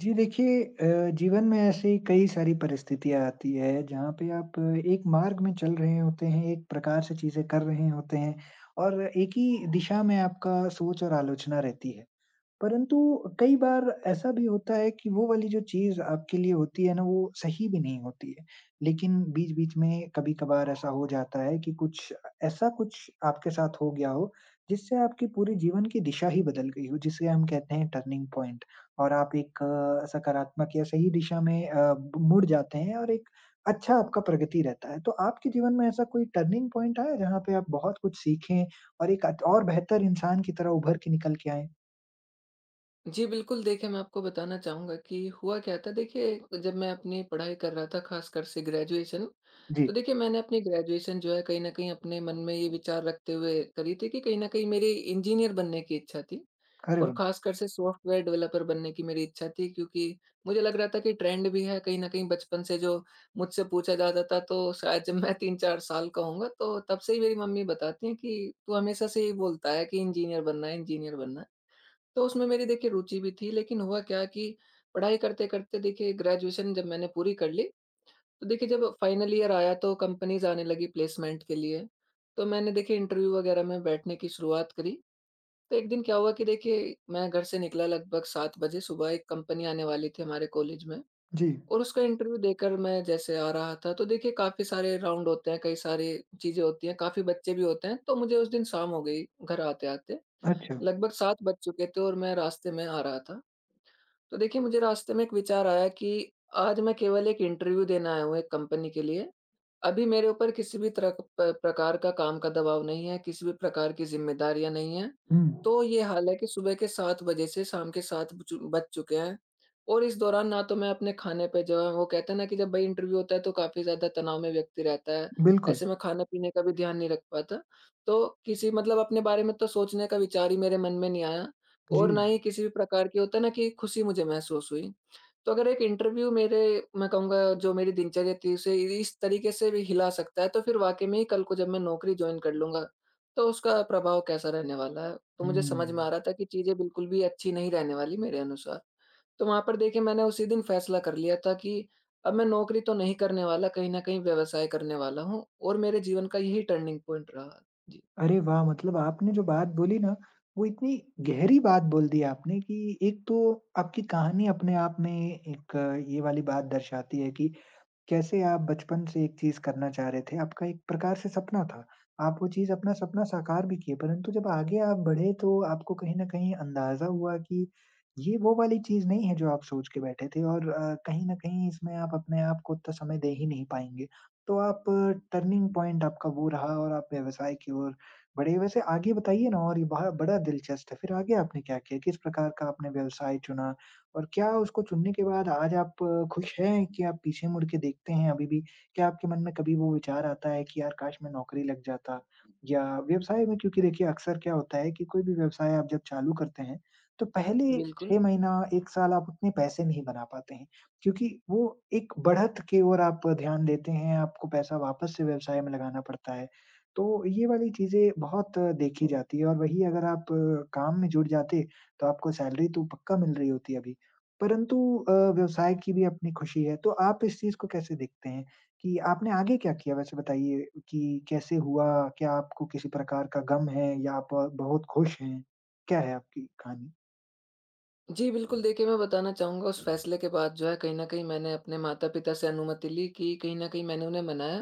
जी देखिए जीवन में ऐसी कई सारी परिस्थितियाँ आती है जहाँ पे आप एक मार्ग में चल रहे होते हैं, एक प्रकार से चीज़ें कर रहे होते हैं और एक ही दिशा में आपका सोच और आलोचना रहती है। परंतु कई बार ऐसा भी होता है कि वो वाली जो चीज़ आपके लिए होती है ना, वो सही भी नहीं होती है। लेकिन बीच-बीच में कभी-कभार ऐसा हो जाता है कि कुछ ऐसा कुछ आपके साथ हो गया हो, जिससे आपके पूरे जीवन की दिशा ही बदल गई हो, जिसे हम कहते हैं टर्निंग पॉइंट और आप एक सकारात्मक या सही दिशा में मुड़ जाते हैं और एक अच्छा आपका प्रगति रहता है। तो आपके जीवन में ऐसा कोई टर्निंग पॉइंट आया, जहाँ पे आप बहुत कुछ सीखें और एक अच और बेहतर इंसान की तरह उभर के निकल के आएँ? जी, बिल्कुल। देखिए, मैं आपको बताना चाहूँगा कि हुआ क्या था। देखिए, जब मैं अपनी पढ़ाई कर रहा था, ख़ासकर से ग्रेजुएशन, जी। तो देखिए मैंने अपनी ग्रेजुएशन जो है कहीं न कहीं अपने मन में ये विचार रखते हुए करी थी कि कहीं न कहीं मेरी इंजीनियर बनने की इच्छा थी। अरे और वाह! ख़ासकर से सॉफ्टवेयर डेवलपर बनने की मेरी इच्छा थी, क्योंकि मुझे लग रहा था कि ट्रेंड भी है। कहीं न कहीं बचपन से जो मुझसे पूछा जाता था, तो शायद जब मैं 3-4 साल का होऊँगा तो तब से ही मेरी मम्मी बताती हैं कि तू हमेशा से ही बोलता है कि इंजीनियर बनना है, इंजीनियर बनना है। तो उसमें मेरी देखिए रुचि भी थी, लेकिन हुआ क्या कि पढ़ाई करते-करते देखिए ग्रेजुएशन जब मैंने पूरी कर ली, तो देखिए जब फाइनल ईयर आया तो कंपनीज़ आने लगी प्लेसमेंट के लिए। तो मैंने देखिए इंटरव्यू वगैरह में बैठने की शुरुआत करी। तो एक दिन क्या हुआ कि देखिए मैं घर से निकला लगभग 7 बजे सुबह। एक कंपनी आने वाली थी हमारे कॉलेज में। जी, और उसका इंटरव्यू देकर मैं जैसे आ रहा था, तो देखिए काफ़ी सारे राउंड होते हैं, कई सारी चीज़ें होती हैं, काफ़ी बच्चे भी होते हैं, तो मुझे उस दिन शाम हो गई घर आते-आते। अच्छा। लगभग 7 बज चुके थे और मैं रास्ते में आ रहा था। तो देखिए मुझे रास्ते में एक विचार आया कि आज मैं केवल एक इंटरव्यू देने आया हूँ एक कंपनी के लिए। अभी मेरे ऊपर किसी भी तरह क प प्रकार का काम का दबाव नहीं है, किसी भी प्रकार की ज़िम्मेदारियाँ नहीं हैं। हुँ, तो ये हाल है कि सुबह के 7 बजे से शाम के 7 बचु बज चुके हैं और इस दौरान ना तो मैं अपने खाने पे जो है, वो कहते हैं ना कि जब भाई इंटरव्यू होता है तो काफ़ी ज़्यादा तनाव में व्यक्ति रहता है। बिल्कुल। ऐसे में खाने-पीने का भी ध्यान नहीं रख पाता। तो किसी मतलब अपने बारे में तो सोचने का विचार ही मेरे मन में नहीं आया। जी, और ना ही किसी भी प्रकार की होता है ना कि खुशी मुझे महसूस हुई। तो अगर एक इंटरव्यू मेरे मैं कहूँगा जो मेरी दिनचर्या थी, उसे इस तरीके से भी हिला सकता है, तो फिर वाक़ई में ही कल को जब मैं नौकरी जॉइन कर लूँगा, तो उसका प्रभाव कैसा रहने वाला है। तो मुझे समझ में आ हुँ। रहा था कि चीज़ें बिल्कुल भी अच्छी नहीं रहने वाली मेरे अनुसार। तो वहाँ पर देखिए मैंने उसी दिन फैसला कर लिया था कि अब मैं नौकरी तो नहीं करने वाला, कहीं न कहीं व्यवसाय करने वाला हूँ, और मेरे जीवन का यही टर्निंग पॉइंट रहा। जी, अरे वाह! मतलब आपने जो बात बोली ना, वो इतनी गहरी बात बोल दी आपने कि एक तो आपकी कहानी अपने आप में एक ये वाली बात दर्शाती है कि कैसे आप बचपन से एक चीज़ करना चाह रहे थे, आपका एक प्रकार से सपना था। आप वो चीज़ अपना सपना साकार भी किए, परंतु जब आगे आप बढ़े तो आपको कहीं न कहीं अंदाज़ा हुआ कि ये वो वाली चीज़ नहीं है जो आप सोच के बैठे थे और कहीं न कहीं इसमें आप अपने आप को उतना समय दे ही नहीं पाएँगे। तो आप टर्निंग पॉइंट आपका वो रहा और आप व्यवसाय की ओर बढ़े। वैसे आगे बताइए ना और ये बहा बड़ा दिलचस्प है, फिर आगे आपने क्या किया? किस प्रकार का आपने व्यवसाय चुना? और क्या उसको चुनने के बाद आज आप खुश हैं कि आप पीछे मुड़ के देखते हैं अभी भी? क्या आपके मन में कभी वो विचार आता है कि यार काश मैं नौकरी लग जाता या व्यवसाय में क्योंकि देखिए अक्सर क्या होता है कि कोई भी व्यवसाय आप जब चालू करते हैं, तो पहले बिल्कुल। 6 महीना, 1 साल आप उतने पैसे नहीं बना पाते हैं क्योंकि वो एक बढ़त की ओर आप ध्यान देते हैं, आपको पैसा वापस से व्यवसाय में लगाना पड़ता है। तो ये वाली चीज़ें बहुत देखी जाती है और वही अगर आप काम में जुट जाते, तो आपको सैलरी तो पक्का मिल रही होती अभी। परंतु व्यवसाय की भी अपनी खुशी है, तो आप इस चीज़ को कैसे देखते हैं कि आपने आगे क्या किया वैसे बताइए कि कैसे हुआ? क्या आपको किसी प्रकार का गम है या आप बहुत खुश हैं? क्या है आपकी कहानी? जी, बिल्कुल। देखिए, मैं बताना चाहूँगा, उस फैसले के बाद जो है कहीं न कहीं मैंने अपने माता-पिता से अनुमति ली, कि कहीं न कहीं मैंने उन्हें मनाया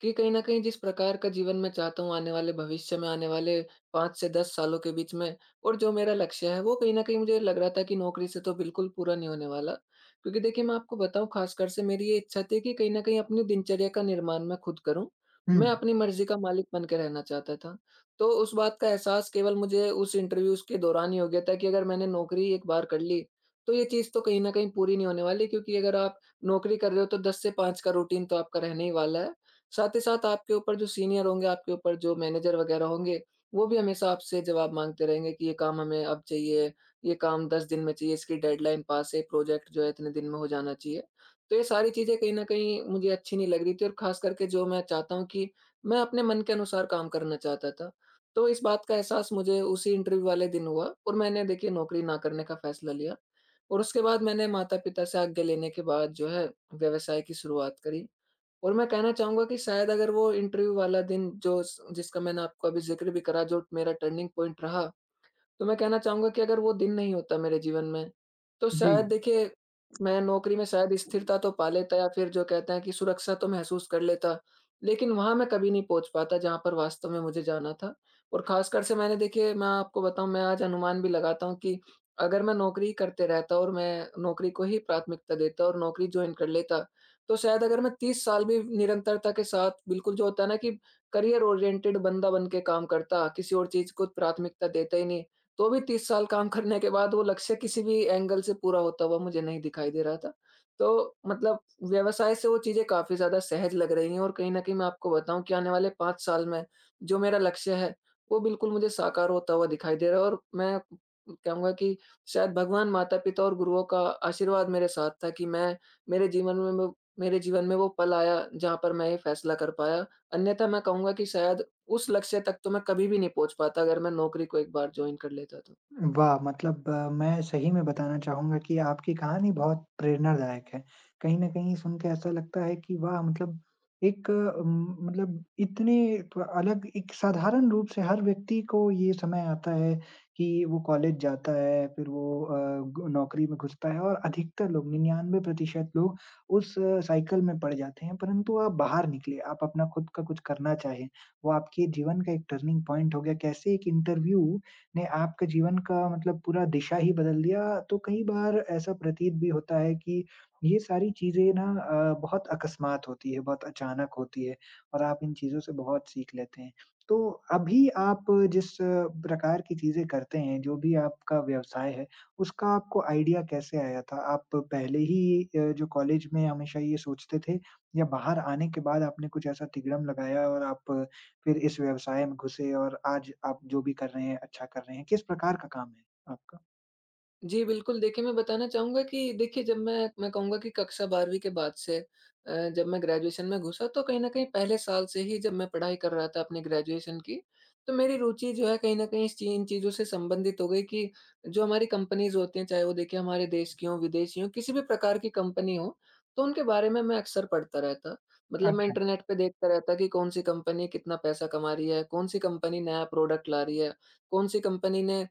कि कहीं न कहीं जिस प्रकार का जीवन मैं चाहता हूँ आने वाले भविष्य में, आने वाले 5 से 10 सालों के बीच में, और जो मेरा लक्ष्य है, वो कहीं न कहीं मुझे लग रहा था कि नौकरी से तो बिल्कुल पूरा नहीं होने वाला। क्योंकि देखिए, मैं आपको बताऊँ, ख़ासकर से मेरी ये इच्छा थी कि कहीं न कहीं अपनी दिनचर्या का निर्माण मैं खुद करूँ। हुँ। मैं अपनी मर्ज़ी का मालिक बन के रहना चाहता था। तो उस बात का एहसास केवल मुझे उस इंटरव्यूज़ के दौरान ही हो गया था कि अगर मैंने नौकरी एक बार कर ली, तो ये चीज़ तो कहीं न कहीं पूरी नहीं होने वाली, क्योंकि अगर आप नौकरी कर रहे हो तो 10 से 5 का रूटीन तो आपका रहने ही वाला है। साथ ही साथ आपके ऊपर जो सीनियर होंगे, आपके ऊपर जो मैनेजर वग़ैरह होंगे, वो भी हमेशा आपसे जवाब माँगते रहेंगे कि ये काम हमें अब चाहिए, ये काम 10 दिन में चाहिए, इसकी डेडलाइन पास है, प्रोजेक्ट जो है इतने दिन में हो जाना चाहिए। तो ये सारी चीज़ें कहीं न कहीं मुझे अच्छी नहीं लग रही थी, और ख़ास करके जो मैं चाहता हूँ, कि मैं अपने मन के अनुसार काम करना चाहता था। तो इस बात का एहसास मुझे उसी इंटरव्यू वाले दिन हुआ, और मैंने देखिए नौकरी ना करने का फैसला लिया, और उसके बाद मैंने माता-पिता से आज्ञा लेने के बाद जो है व्यवसाय की शुरुआत करी। और मैं कहना चाहूँगा कि शायद अगर वो इंटरव्यू वाला दिन जो स जिसका मैंने आपको अभी ज़िक्र भी करा, जो मेरा टर्निंग पॉइंट रहा, तो मैं कहना चाहूँगा कि अगर वो दिन नहीं होता मेरे जीवन में, तो जी। शायद देखिए मैं नौकरी में शायद स्थिरता तो पा लेता, या फिर जो कहते हैं कि सुरक्षा तो महसूस कर लेता। लेकिन वहाँ मैं कभी नहीं पहुँच पाता जहाँ पर वास्तव में मुझे जाना था। और ख़ासकर से मैंने देखिए, मैं आपको बताऊँ, मैं आज अनुमान भी लगाता हूँ कि अगर मैं नौकरी करते रहता, और मैं नौकरी को ही प्राथमिकता देता और नौकरी जॉइन कर लेता, तो शायद अगर मैं 30 साल भी निरंतरता के साथ बिल्कुल जो होता है ना, कि करियर ओरिएंटेड बंदा बन के काम करता, किसी और चीज़ को प्राथमिकता देता ही नहीं, तो भी 30 साल काम करने के बाद वो लक्ष्य किसी भी एंगल से पूरा होता हुआ मुझे नहीं दिखाई दे रहा था। तो मतलब व्यवसाय से वो चीज़ें काफ़ी ज़्यादा सहज लग रही हैं, और कहीं न कहीं मैं आपको बताऊँ कि आने वाले 5 साल में जो मेरा लक्ष्य है, वो बिल्कुल मुझे साकार होता हुआ दिखाई दे रहा है। और मैं कहूँगा कि शायद भगवान, माता-पिता और गुरुओं का आशीर्वाद मेरे साथ था कि मैं मेरे जीवन में वो मेरे जीवन में वो पल आया, जहाँ पर मैं ये फैसला कर पाया। अन्यथा मैं कहूँगा कि शायद उस लक्ष्य तक तो मैं कभी भी नहीं पहुँच पाता, अगर मैं नौकरी को एक बार जॉइन कर लेता तो। वाह! मतलब मैं सही में बताना चाहूँगा कि आपकी कहानी बहुत प्रेरणादायक है। कहीं न कहीं सुन के ऐसा लगता है कि वाह! मतलब एक मतलब इतने प अलग एक साधारण रूप से हर व्यक्ति को ये समय आता है कि वो कॉलेज जाता है, फिर वो अ, ग नौकरी में घुसता है और अधिकतर लोग 99% लोग उस साइकिल में पड़ जाते हैं। परंतु आप बाहर निकले, आप अपना खुद का कुछ करना चाहे, वो आपके जीवन का एक टर्निंग पॉइंट हो गया। कैसे एक इंटरव्यू ने आपके जीवन का मतलब पूरा दिशा ही बदल दिया। तो कई बार ऐसा प्रतीत भी होता है कि ये सारी चीज़ें ना बहुत अकस्मात होती है, बहुत अचानक होती है और आप इन चीज़ों से बहुत सीख लेते हैं। तो अभी आप जिस प्रकार की चीज़ें करते हैं, जो भी आपका व्यवसाय है, उसका आपको आइडिया कैसे आया था? आप पहले ही जो कॉलेज में हमेशा ये सोचते थे या बाहर आने के बाद आपने कुछ ऐसा तिगड़म लगाया और आप फिर इस व्यवसाय में घुसे और आज आप जो भी कर रहे हैं अच्छा कर रहे हैं? किस प्रकार का काम है आपका? जी, बिल्कुल। देखिए, मैं बताना चाहूँगा कि देखिए, जब मैं कहूँगा कि कक्षा 12वीं के बाद से जब मैं ग्रेजुएशन में घुसा, तो कहीं न कहीं पहले साल से ही, जब मैं पढ़ाई कर रहा था अपनी ग्रेजुएशन की, तो मेरी रुचि जो है कहीं न कहीं इस ची इन चीज़ों से संबंधित हो गई, कि जो हमारी कंपनीज़ होती हैं, चाहे वो देखिए हमारे देश की हों, विदेशी हों, किसी भी प्रकार की कंपनी हो, तो उनके बारे में मैं अक्सर पढ़ता रहता। मतलब मैं अच्छा। इंटरनेट पे देखता रहता कि कौन-सी कंपनी कितना पैसा कमा रही है, कौन-सी कंपनी नया प्रोडक्ट ला रही है, कौन-सी कंपनी ने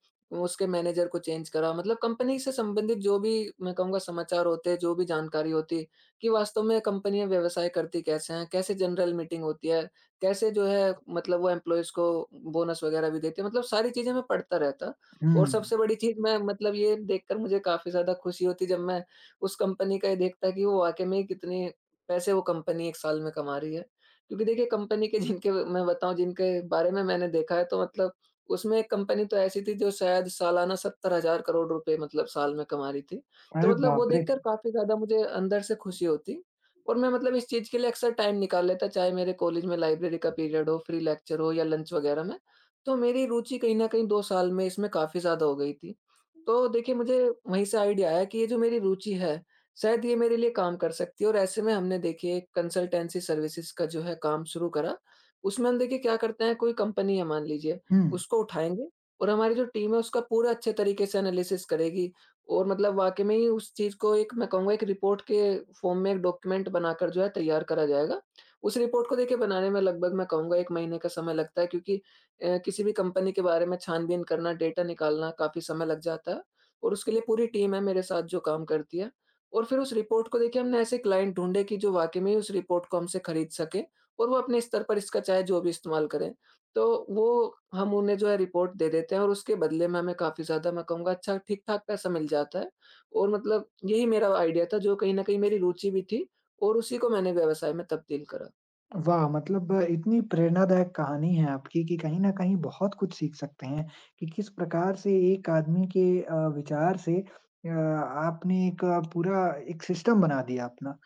उसके मैनेजर को चेंज करा, मतलब कंपनी से संबंधित जो भी मैं कहूँगा समाचार होते हैं, जो भी जानकारी होती है, कि वास्तव में कंपनियाँ व्यवसाय करती कैसे हैं, कैसे जनरल मीटिंग होती है, कैसे जो है मतलब वो एम्प्लॉइज़ को बोनस वगैरह भी देती है, मतलब सारी चीज़ें मैं पढ़ता रहता। हुँ। और सबसे बड़ी चीज़ मैं मतलब ये देखकर मुझे काफ़ी ज़्यादा खुशी होती, जब मैं उस कंपनी का ये देखता कि वो वाक़ई में कितने पैसे वो कंपनी 1 साल में कमा रही है। क्योंकि देखिए कंपनी के जिनके मैं बताऊँ, जिनके बारे में मैंने देखा है, तो मतलब उसमें एक कंपनी तो ऐसी थी जो शायद सालाना 70,000 करोड़ रुपए मतलब साल में कमा रही थी। तो अरे मतलब वो बाप रे! देखकर काफ़ी ज़्यादा मुझे अंदर से खुशी होती, और मैं मतलब इस चीज़ के लिए अक्सर टाइम निकाल लेता, चाहे मेरे कॉलेज में लाइब्रेरी का पीरियड हो, फ्री लेक्चर हो या लंच वगैरह में। तो मेरी रुचि कहीं न कहीं 2 साल में इसमें काफ़ी ज़्यादा हो गई थी। तो देखिए मुझे वहीं से आइडिया आया कि ये जो मेरी रुचि है, शायद ये मेरे लिए काम कर सकती है, और ऐसे में हमने देखिए कंसल्टेंसी सर्विसेज़ का जो है काम शुरू करा। उसमें हम देखिए क्या करते हैं, कोई कंपनी है मान लीजिए, हुँ। उसको उठाएँगे और हमारी जो टीम है उसका पूरा अच्छे तरीके से एनालिसिस करेगी, और मतलब वाक़ई में ही उस चीज़ को एक मैं कहूँगा एक रिपोर्ट के फ़ॉर्म में एक डॉक्यूमेंट बनाकर जो है तैयार करा जाएगा। उस रिपोर्ट को देखिए बनाने में लगभग मैं कहूँगा 1 महीने का समय लगता है, क्योंकि किसी भी कंपनी के बारे में छानबीन करना, डेटा निकालना काफ़ी समय लग जाता है, और उसके लिए पूरी टीम है मेरे साथ जो काम करती है। और फिर उस रिपोर्ट को देखिए हमने ऐसे क्लाइंट ढूँढे कि जो वाक़ई में ही उस रिपोर्ट को हमसे खरीद सके, और वो अपने स्तर पर इसका चाहे जो भी इस्तेमाल करें। तो वो हम उन्हें जो है रिपोर्ट दे देते हैं, और उसके बदले में हमें काफ़ी ज़्यादा मैं कहूँगा अच्छा ठीक-ठाक पैसा मिल जाता है, और मतलब यही मेरा आइडिया था, जो कहीं न कहीं मेरी रुचि भी थी, और उसी को मैंने व्यवसाय में तब्दील करा। वाह! मतलब इतनी प्रेरणादायक कहानी है आपकी कि कहीं न कहीं बहुत कुछ सीख सकते हैं कि किस प्रकार से एक आदमी के विचार से आपने एक पूरा एक सिस्टम बना दिया अपना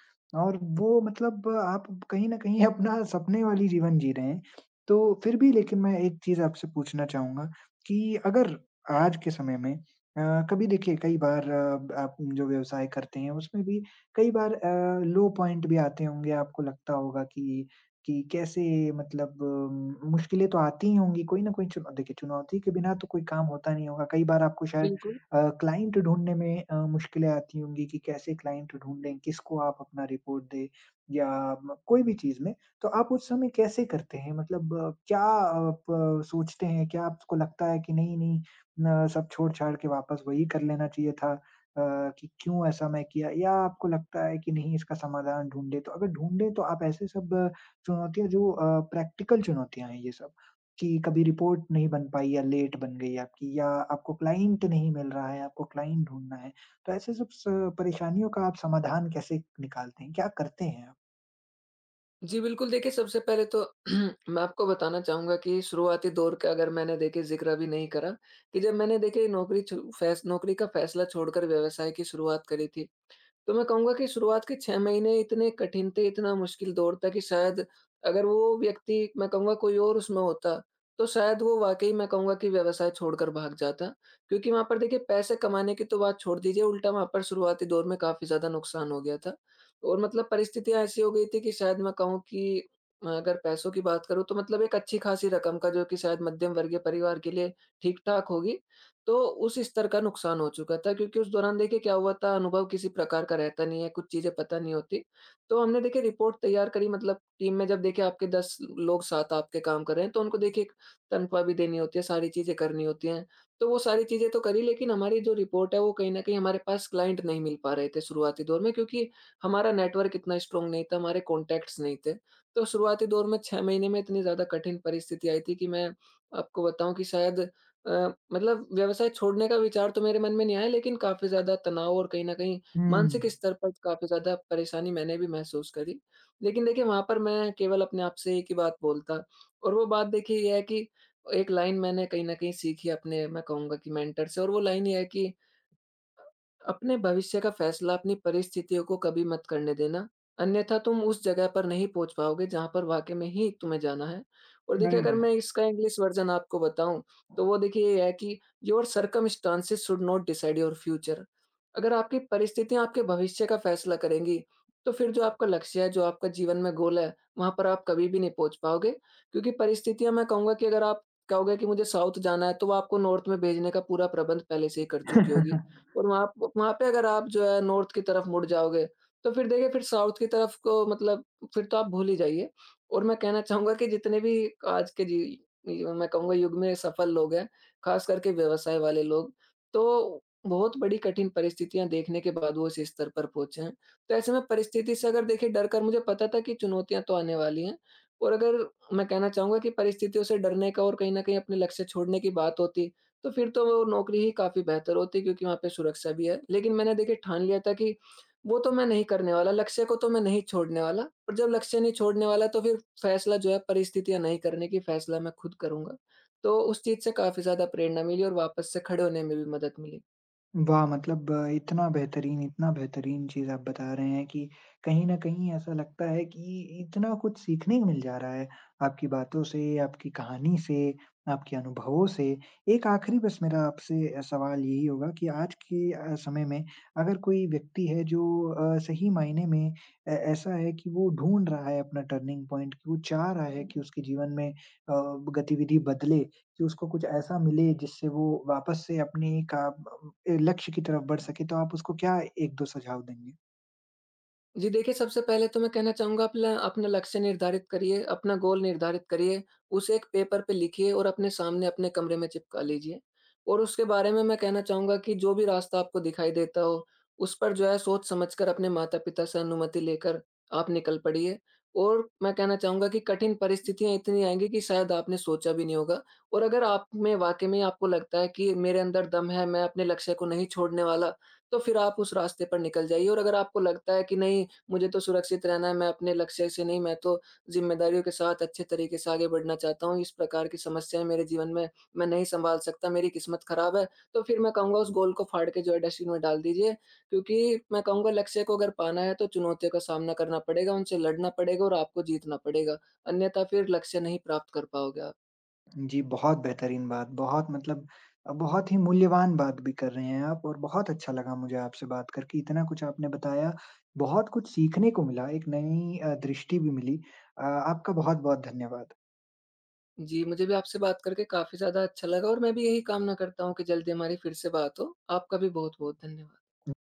और वो मतलब आप कहीं न कहीं अपना सपने वाली जीवन जी रहे हैं। तो फिर भी लेकिन मैं एक चीज़ आपसे पूछना चाहूँगा कि अगर आज के समय में कभी देखिए कई बार आप जो व्यवसाय करते हैं उसमें भी कई बार लो पॉइंट भी आते होंगे, आपको लगता होगा कि कैसे मतलब मुश्किलें तो आती ही होंगी, कोई ना कोई चुनौ देखिए, चुनौती के बिना तो कोई काम होता नहीं होगा। कई बार आपको शायद बिल्कुल। क्लाइंट ढूँढने में मुश्किलें आती होंगी कि कैसे क्लाइंट ढूँढें, किसको आप अपना रिपोर्ट दें या म कोई भी चीज़ में। तो आप उस समय कैसे करते हैं? मतलब क्या आप सोचते हैं? क्या आपको लगता है कि नहीं-नहीं न सब छोड़-छाड़ के वापस वही कर लेना चाहिए था अ, कि क्यों ऐसा मैं किया? या आपको लगता है कि नहीं इसका समाधान ढूँढे? तो अगर ढूँढे तो आप ऐसे सब चुनौतियाँ जो प्रैक्टिकल चुनौतियाँ हैं ये सब, कि कभी रिपोर्ट नहीं बन पाई या लेट बन गई आपकी या आपको क्लाइंट नहीं मिल रहा है, आपको क्लाइंट ढूँढना है। तो ऐसे सब स परेशानियों का आप समाधान कैसे निकालते हैं? क्या करते हैं आप? जी, बिल्कुल। देखिए, सबसे पहले तो मैं आपको बताना चाहूँगा कि शुरुआती दौर का अगर मैंने देखिए ज़िक्र अभी नहीं करा, कि जब मैंने देखिए नौकरी का फैसला छोड़कर व्यवसाय की शुरुआत करी थी। तो मैं कहूँगा कि शुरुआत के 6 महीने इतने कठिन थे, इतना मुश्किल दौर था कि शायद अगर वो व्यक्ति, मैं कहूँगा, कोई और उसमें होता, तो शायद वो वाक़ई, मैं कहूँगा, कि व्यवसाय छोड़कर भाग जाता। क्योंकि वहाँ पर देखिए पैसे कमाने की तो बात छोड़ दीजिए, उल्टा वहाँ पर शुरुआती दौर में काफ़ी ज़्यादा नुकसान हो गया था। और मतलब परिस्थितियाँ ऐसी हो गई थी कि शायद मैं कहूँ कि अगर पैसों की बात करूँ तो मतलब एक अच्छी-खासी रकम का, जो कि शायद मध्यम वर्गीय परिवार के लिए ठीक-ठाक होगी, तो उस स्तर का नुकसान हो चुका था। क्योंकि उस दौरान देखिए क्या हुआ था, अनुभव किसी प्रकार का रहता नहीं है, कुछ चीज़ें पता नहीं होती। तो हमने देखिए रिपोर्ट तैयार करी। मतलब टीम में, जब देखिए आपके 10 लोग साथ आपके काम कर रहे हैं, तो उनको देखिए एक तनख्वाह भी देनी होती है, सारी चीज़ें करनी होती हैं। तो वो सारी चीज़ें तो करी, लेकिन हमारी जो रिपोर्ट है वो कहीं न कहीं, हमारे पास क्लाइंट नहीं मिल पा रहे थे शुरुआती दौर में, क्योंकि हमारा नेटवर्क इतना स्ट्रॉन्ग नहीं था, हमारे कॉन्टैक्ट्स नहीं थे। तो शुरुआती दौर में 6 महीने में इतनी ज़्यादा कठिन परिस्थिति आई थी कि मैं आपको बताऊँ कि शायद अ, मतलब व्यवसाय छोड़ने का विचार तो मेरे मन में नहीं आया, लेकिन काफ़ी ज़्यादा तनाव और कहीं न कहीं हुँ। मानसिक स्तर पर काफ़ी ज़्यादा परेशानी मैंने भी महसूस करी। लेकिन देखिए, वहाँ पर मैं केवल अपने आप से एक ही बात बोलता, और वो बात देखिए ये है कि एक लाइन मैंने कहीं न कहीं सीखी अपने, मैं कहूँगा कि, मेंटर से, और वो लाइन ये है कि अपने भविष्य का फैसला अपनी परिस्थितियों को कभी मत करने देना, अन्यथा तुम उस जगह पर नहीं पहुँच पाओगे जहाँ पर वाक़ई में ही तुम्हें जाना है। और देखिए, अरे अगर वाह! मैं इसका इंग्लिश वर्ज़न आपको बताऊँ, तो वो देखिए ये है कि your circumstances should not decide your future. अगर आपकी परिस्थितियाँ आपके भविष्य का फैसला करेंगी, तो फिर जो आपका लक्ष्य है, जो आपका जीवन में गोल है, वहाँ पर आप कभी भी नहीं पहुँच पाओगे। क्योंकि परिस्थितियाँ, मैं कहूँगा कि, अगर आप कहोगे कि मुझे साउथ जाना है, तो वो आपको नॉर्थ में भेजने का पूरा प्रबंध पहले से ही कर चुकी होगी। और वहाँ पे अगर आप जो है नॉर्थ की तरफ मुड़ जाओगे, तो फिर देखिए फिर साउथ की तरफ को, मतलब फिर तो आप भूल ही जाइए। और मैं कहना चाहूँगा कि जितने भी आज के जी य मैं कहूँगा युग में सफल लोग हैं, ख़ास करके व्यवसाय वाले लोग, तो बहुत बड़ी कठिन परिस्थितियाँ देखने के बाद वो इस स्तर पर पहुँचे हैं। तो ऐसे में परिस्थिति से अगर देखिए डर कर, मुझे पता था कि चुनौतियाँ तो आने वाली हैं, और अगर मैं कहना चाहूँगा कि परिस्थितियों से डरने का और कहीं न कहीं अपने लक्ष्य छोड़ने की बात होती, तो फिर तो वो नौकरी ही काफ़ी बेहतर होती, क्योंकि वहाँ पे सुरक्षा भी है। लेकिन मैंने देखिए ठान लिया था कि वो तो मैं नहीं करने वाला, लक्ष्य को तो मैं नहीं छोड़ने वाला, और जब लक्ष्य नहीं छोड़ने वाला तो फिर फैसला, जो है, परिस्थितियाँ नहीं करने की, फैसला मैं खुद करूँगा। तो उस चीज़ से काफ़ी ज़्यादा प्रेरणा मिली और वापस से खड़े होने में भी मदद मिली। वाह! मतलब इतना बेहतरीन चीज़ आप बता रहे हैं कि कहीं न कहीं ऐसा लगता है कि इतना कुछ सीखने को मिल जा रहा है, आपकी बातों से, आपकी कहानी से, आपके अनुभवों से। एक आखिरी बस मेरा आपसे सवाल यही होगा कि आज के समय में अगर कोई व्यक्ति है जो सही मायने में ए ऐसा है कि वो ढूँढ रहा है अपना टर्निंग पॉइंट, कि वो चाह रहा है कि उसके जीवन में गतिविधि बदले कि उसको कुछ ऐसा मिले जिससे वो वापस से अपने का लक्ष्य की तरफ बढ़ सके, तो आप उसको क्या 1-2 सुझाव देंगे? जी देखिए, सबसे पहले तो मैं कहना चाहूँगा, अपना अपना लक्ष्य निर्धारित करिए, अपना गोल निर्धारित करिए, उसे एक पेपर पे लिखिए और अपने सामने अपने कमरे में चिपका लीजिए। और उसके बारे में मैं कहना चाहूँगा कि जो भी रास्ता आपको दिखाई देता हो, उस पर जो है सोच समझ कर, अपने माता-पिता से अनुमति लेकर आप निकल पड़िए। और मैं कहना चाहूँगा कि कठिन परिस्थितियाँ इतनी आएँगी कि शायद आपने सोचा भी नहीं होगा, और अगर आप में वाक़ई में आपको लगता है कि मेरे अंदर दम है, मैं अपने लक्ष्य को नहीं छोड़ने वाला, तो फिर आप उस रास्ते पर निकल जाइए। और अगर आपको लगता है कि नहीं, मुझे तो सुरक्षित रहना है, मैं अपने लक्ष्य से नहीं, मैं तो ज़िम्मेदारियों के साथ अच्छे तरीके से आगे बढ़ना चाहता हूँ, इस प्रकार की समस्याएँ मेरे जीवन में मैं नहीं सँभाल सकता, मेरी किस्मत ख़राब है, तो फिर मैं कहूँगा उस गोल को फाड़ के, जो है, डस्टबिन में डाल दीजिए। क्योंकि मैं कहूँगा लक्ष्य को अगर पाना है, तो चुनौतियों का सामना करना पड़ेगा, उनसे लड़ना पड़ेगा और आपको जीतना पड़ेगा, अन्यथा फिर लक्ष्य नहीं प्राप्त कर पाओगे आप। जी, बहुत बेहतरीन बात, बहुत मतलब बहुत ही मूल्यवान बात भी कर रहे हैं आप और बहुत अच्छा लगा मुझे आपसे बात करके। इतना कुछ आपने बताया, बहुत कुछ सीखने को मिला, एक नई दृष्टि भी मिली। आपका बहुत-बहुत धन्यवाद। जी, मुझे भी आपसे बात करके काफ़ी ज़्यादा अच्छा लगा और मैं भी यही कामना करता हूँ कि जल्दी हमारी फिर से बात हो। आपका भी बहुत-बहुत धन्यवाद।